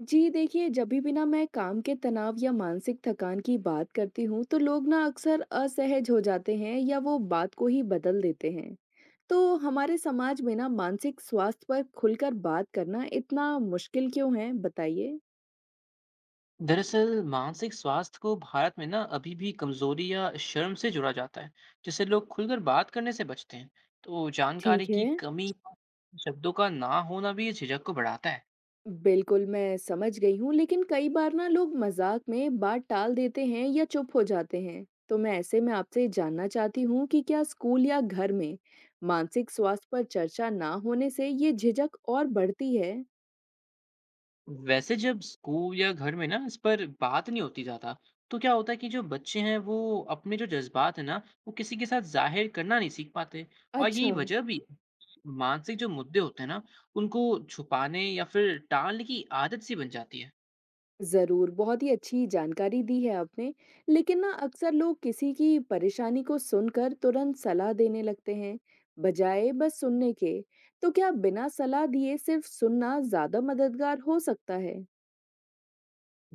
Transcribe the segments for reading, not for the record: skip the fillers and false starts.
जी देखिए, जभी भी ना मैं काम के तनाव या मानसिक थकान की बात करती हूँ, तो लोग ना अक्सर असहज हो जाते हैं या वो बात को ही बदल देते हैं। तो हमारे समाज में ना मानसिक स्वास्थ्य पर खुलकर बात करना इतना मुश्किल क्यों है? बताइए। दरअसल मानसिक स्वास्थ्य को भारत में ना अभी भी कमजोरी या शर्म से जुड़ा जाता है। जिससे लोग खुलकर बात करने से बचते हैं। तो जानकारी ठीक की है। कमी, शब्दों का ना होना भी इस झिझक को बढ़ाता है। बिल्कुल, मैं समझ गई हूँ, लेकिन कई बार ना लोग मज़ाक में बात टाल देते हैं या चुप हो जाते हैं। तो मैं ऐसे में आपसे जानना चाहती हूँ कि क्या स्कूल या घर में मानसिक स्वास्थ्य पर चर्चा ना होने से ये झिझक और बढ़ती है? वैसे जब स्कूल या घर में ना इस पर बात नहीं होती ज्यादा, तो क्या होता है कि जो बच्चे हैं वो अपने जो जज्बात है ना, वो किसी के साथ जाहिर करना नहीं सीख पाते। और यही अच्छा। वजह भी है। मानसिक जो मुद्दे होते हैं ना, उनको छुपाने या फिर टालने की आदत सी बन जाती है। ज़रूर, बहुत ही अच्छी जानकारी दी है आपने। लेकिन ना अक्सर लोग किसी की परेशानी को सुनकर तुरंत सलाह देने लगते हैं, बजाय बस सुनने के। तो क्या बिना सलाह दिए सिर्फ सुनना ज़्यादा मददगार हो सकता है?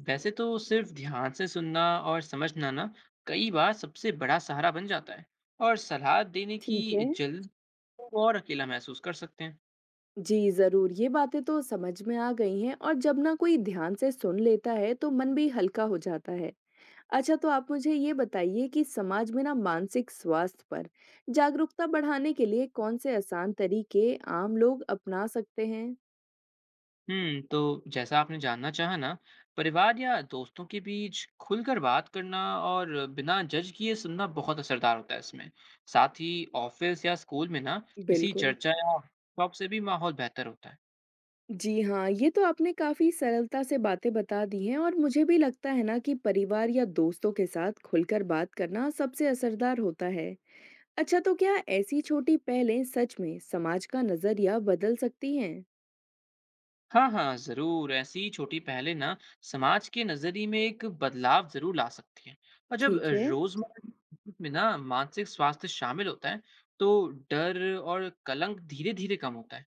वैसे तो सिर्फ ध्यान से सुनना और समझना ना कई बार सबसे बड़ा सहारा बन जाता है। और सलाह देने ठीक की है। जल्द तो और अकेला महसूस कर सकते हैं। जी जरूर ये बातें तो समझ में आ गई हैं और जब ना कोई ध्यान से सुन लेता है तो मन भी हल्का हो जाता है। अच्छा, तो आप मुझे ये बताइए कि समाज में ना मानसिक स्वास्थ्य पर जागरूकता बढ़ाने के लिए कौन से आसान तरीके आम लोग अपना सकते हैं। हम्म, तो जैसा आपने जानना चाहा ना, परिवार या दोस्तों के बीच खुलकर बात करना और बिना जज किए सुनना बहुत असरदार होता है इसमें। साथ ही ऑफिस या स्कूल में ना किसी बिल्कुल। चर्चा या वर्कशॉप से भी माहौल बेहतर होता है। जी हाँ, ये तो आपने काफी सरलता से बातें बता दी हैं और मुझे भी लगता है ना कि परिवार या दोस्तों के साथ खुलकर बात करना सबसे असरदार होता है। अच्छा, तो क्या ऐसी छोटी पहलें सच में समाज का नज़रिया बदल सकती हैं? हाँ हाँ जरूर, ऐसी छोटी पहले ना समाज के नजरिए में एक बदलाव जरूर ला सकती है। और जब ठीक है। रोजमर्रा की जिंदगी में ना मानसिक स्वास्थ्य शामिल होता है, तो डर और कलंक धीरे धीरे कम होता है।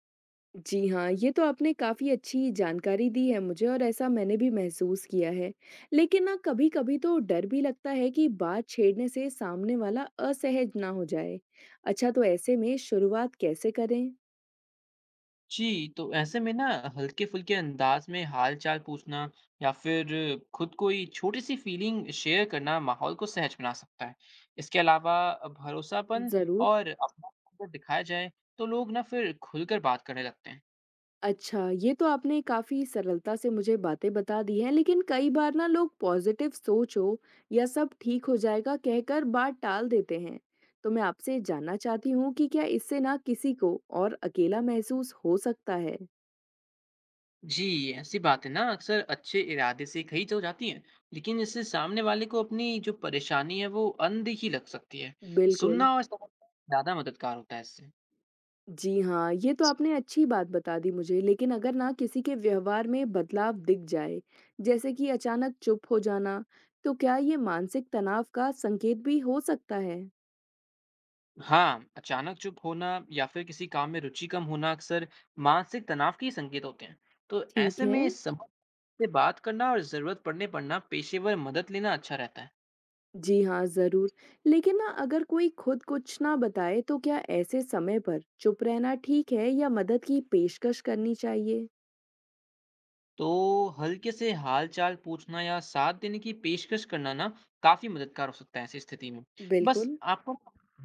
जी हाँ, ये तो आपने काफ़ी अच्छी जानकारी दी है मुझे और ऐसा मैंने भी महसूस किया है। लेकिन ना कभी-कभी तो डर भी लगता है कि बात छेड़ने से सामने वाला असहज ना हो जाए। अच्छा, तो ऐसे में शुरुआत कैसे करें? जी, तो ऐसे में ना हल्के फुल्के अंदाज में हाल चाल पूछना या फिर खुद कोई छोटी सी फीलिंग शेयर करना माहौल को सहज बना सकता है। इसके अलावा भरोसापन ज़रूर। और अपनापन अगर दिखाया जाए, तो लोग ना फिर खुलकर बात करने लगते हैं। अच्छा, ये तो आपने काफ़ी सरलता से मुझे बातें बता दी हैं, लेकिन कई बार ना लोग पॉजिटिव सोचो या सब ठीक हो जाएगा कहकर बात टाल देते हैं। तो मैं आपसे जानना चाहती हूँ कि क्या इससे ना किसी को और अकेला महसूस हो सकता है? जी, ऐसी बात है ना, अक्सर अच्छे इरादे से कही तो जाती है, लेकिन इससे सामने वाले को अपनी जो परेशानी है वो अनदेखी लग सकती है। बिल्कुल। सुनना और समझना ज्यादा मददगार होता है इससे। जी हाँ, ये तो आपने अच्छी बात बता दी मुझे, लेकिन अगर ना किसी के व्यवहार में बदलाव दिख जाए, जैसे कि अचानक चुप हो जाना, तो क्या ये मानसिक तनाव का संकेत भी हो सकता है? हाँ, अचानक चुप होना या फिर किसी काम में रुचि कम होना अक्सर मानसिक तनाव के ही संकेत होते हैं। तो ठीक ऐसे है। में समझ से बात करना और जरूरत पड़ने पर ना पेशेवर मदद लेना अच्छा रहता है। जी हाँ, ज़रूर। लेकिन ना अगर कोई खुद कुछ ना बताए तो क्या ऐसे समय पर चुप रहना ठीक है या मदद की पेशकश करनी चाहिए? तो हल्के से हाल चाल पूछना या साथ देने की पेशकश करना ना काफी मददगार हो सकता है ऐसी स्थिति में। बस बिल्कुल। आपको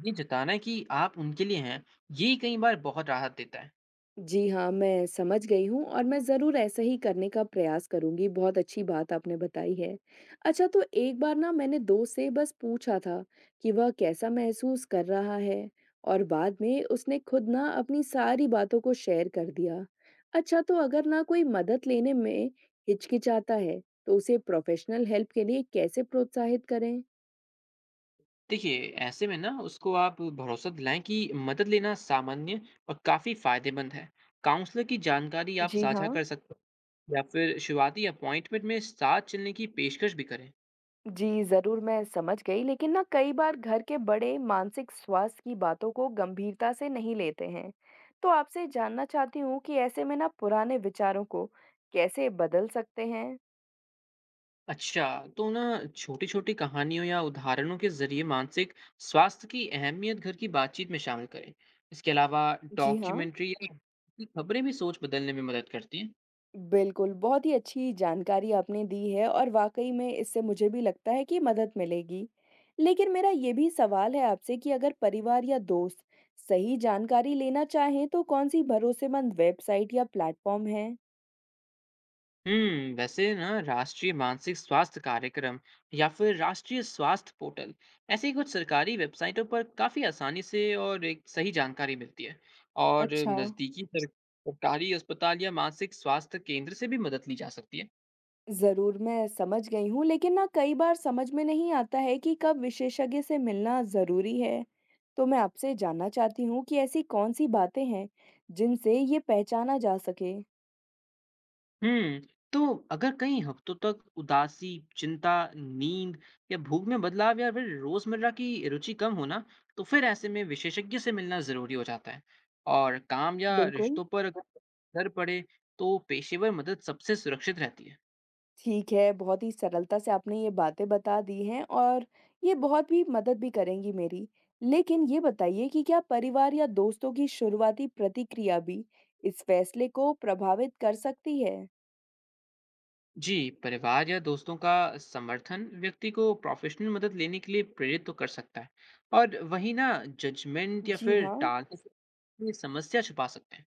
ये जताना है कि आप उनके लिए हैं। ये कई बार बहुत राहत देता है। जी हाँ, मैं समझ गई हूँ और मैं ज़रूर ऐसा ही करने का प्रयास करूँगी, बहुत अच्छी बात आपने बताई है। अच्छा, तो एक बार ना मैंने दोस्त से बस पूछा था कि वह कैसा महसूस कर रहा है और बाद में उसने खुद ना अपनी सारी बातों को शेयर कर दिया। अच्छा, तो अगर ना कोई मदद लेने में हिचकिचाता है, तो उसे प्रोफ़ेशनल हेल्प के लिए कैसे प्रोत्साहित करें? देखिए, ऐसे में ना उसको आप भरोसा दिलाएं कि मदद लेना सामान्य और काफी फायदेमंद है। काउंसलर की जानकारी आप जी साझा हाँ। कर सकते हैं या फिर शुरुआती अपॉइंटमेंट में साथ चलने की पेशकश भी करें। जी, ज़रूर मैं समझ गई लेकिन ना कई बार घर के बड़े मानसिक स्वास्थ्य की बातों को गंभीरता से नहीं लेते हैं। तो आपसे जानना चाहती हूँ कि ऐसे में ना पुराने विचारों को कैसे बदल सकते हैं? अच्छा, तो ना छोटी छोटी कहानियों या उदाहरणों के जरिए मानसिक स्वास्थ्य की अहमियत घर की बातचीत में शामिल करें। इसके अलावा जी हाँ। डॉक्यूमेंट्री या की खबरें भी सोच बदलने में मदद करती हैं। बिल्कुल, बहुत ही अच्छी जानकारी आपने दी है और वाकई में इससे मुझे भी लगता है कि मदद मिलेगी। लेकिन मेरा ये भी सवाल है आपसे कि अगर परिवार या दोस्त सही जानकारी लेना चाहें तो कौन सी भरोसेमंद वेबसाइट या प्लेटफॉर्म है। हम्म, वैसे ना राष्ट्रीय मानसिक स्वास्थ्य कार्यक्रम या फिर राष्ट्रीय स्वास्थ्य पोर्टल, ऐसी कुछ सरकारी वेबसाइटों पर काफ़ी आसानी से और एक सही जानकारी मिलती है। और अच्छा। नज़दीकी सरकारी अस्पताल या मानसिक स्वास्थ्य केंद्र से भी मदद ली जा सकती है। ज़रूर, मैं समझ गई हूँ, लेकिन ना कई बार समझ में नहीं आता है कि कब विशेषज्ञ से मिलना ज़रूरी है। तो मैं आपसे जानना चाहती हूँ कि ऐसी कौन-सी बातें हैं, जिनसे ये पहचाना जा सके? हुँ। तो अगर कई हफ्तों तक उदासी, चिंता, नींद या भूख में बदलाव या फिर रोज़मर्रा की रुचि कम हो ना, तो फिर ऐसे में विशेषज्ञ से मिलना ज़रूरी हो जाता है। और काम या बिल्कुल। रिश्तों पर अगर असर पड़े, तो पेशेवर मदद सबसे सुरक्षित रहती है। ठीक है, बहुत ही सरलता से आपने ये बातें बता दी हैं और ये बहुत भी मदद भी करेंगी मेरी। लेकिन ये बताइए कि क्या परिवार या दोस्तों की शुरुआती प्रतिक्रिया भी इस फैसले को प्रभावित कर सकती है? जी, परिवार या दोस्तों का समर्थन व्यक्ति को प्रोफ़ेशनल मदद लेने के लिए प्रेरित तो कर सकता है। और वहीं ना जजमेंट या जी फिर हाँ। टालने से ये समस्या छुपा सकते हैं।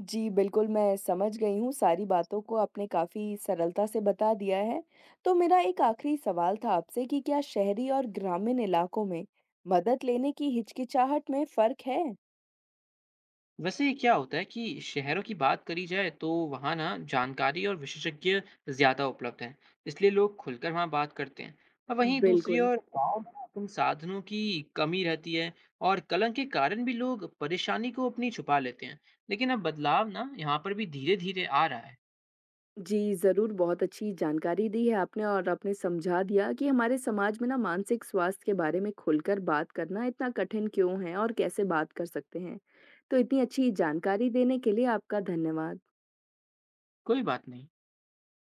जी, बिल्कुल, मैं समझ गई हूँ, सारी बातों को आपने काफ़ी सरलता से बता दिया है। तो मेरा एक आखिरी सवाल था आपसे कि क्या शहरी और ग्रामीण इलाकों में मदद लेने की हिचकिचाहट में फ़र्क है? वैसे क्या होता है कि शहरों की बात करी जाए, तो वहाँ ना जानकारी और विशेषज्ञ ज़्यादा उपलब्ध हैं, इसलिए लोग खुलकर वहाँ बात करते हैं। और वहीं दूसरी बिल्कुल। ओर गाँव में इन साधनों की कमी रहती है और कलंक के कारण भी लोग परेशानी को अपनी छुपा लेते हैं। लेकिन अब बदलाव ना यहाँ पर भी धीरे धीरे आ रहा है। जी, ज़रूर, बहुत अच्छी जानकारी दी है आपने और आपने समझा दिया कि हमारे समाज में ना मानसिक स्वास्थ्य के बारे में खुलकर बात करना इतना कठिन क्यों है और कैसे बात कर सकते हैं। तो इतनी अच्छी जानकारी देने के लिए आपका धन्यवाद। कोई बात नहीं।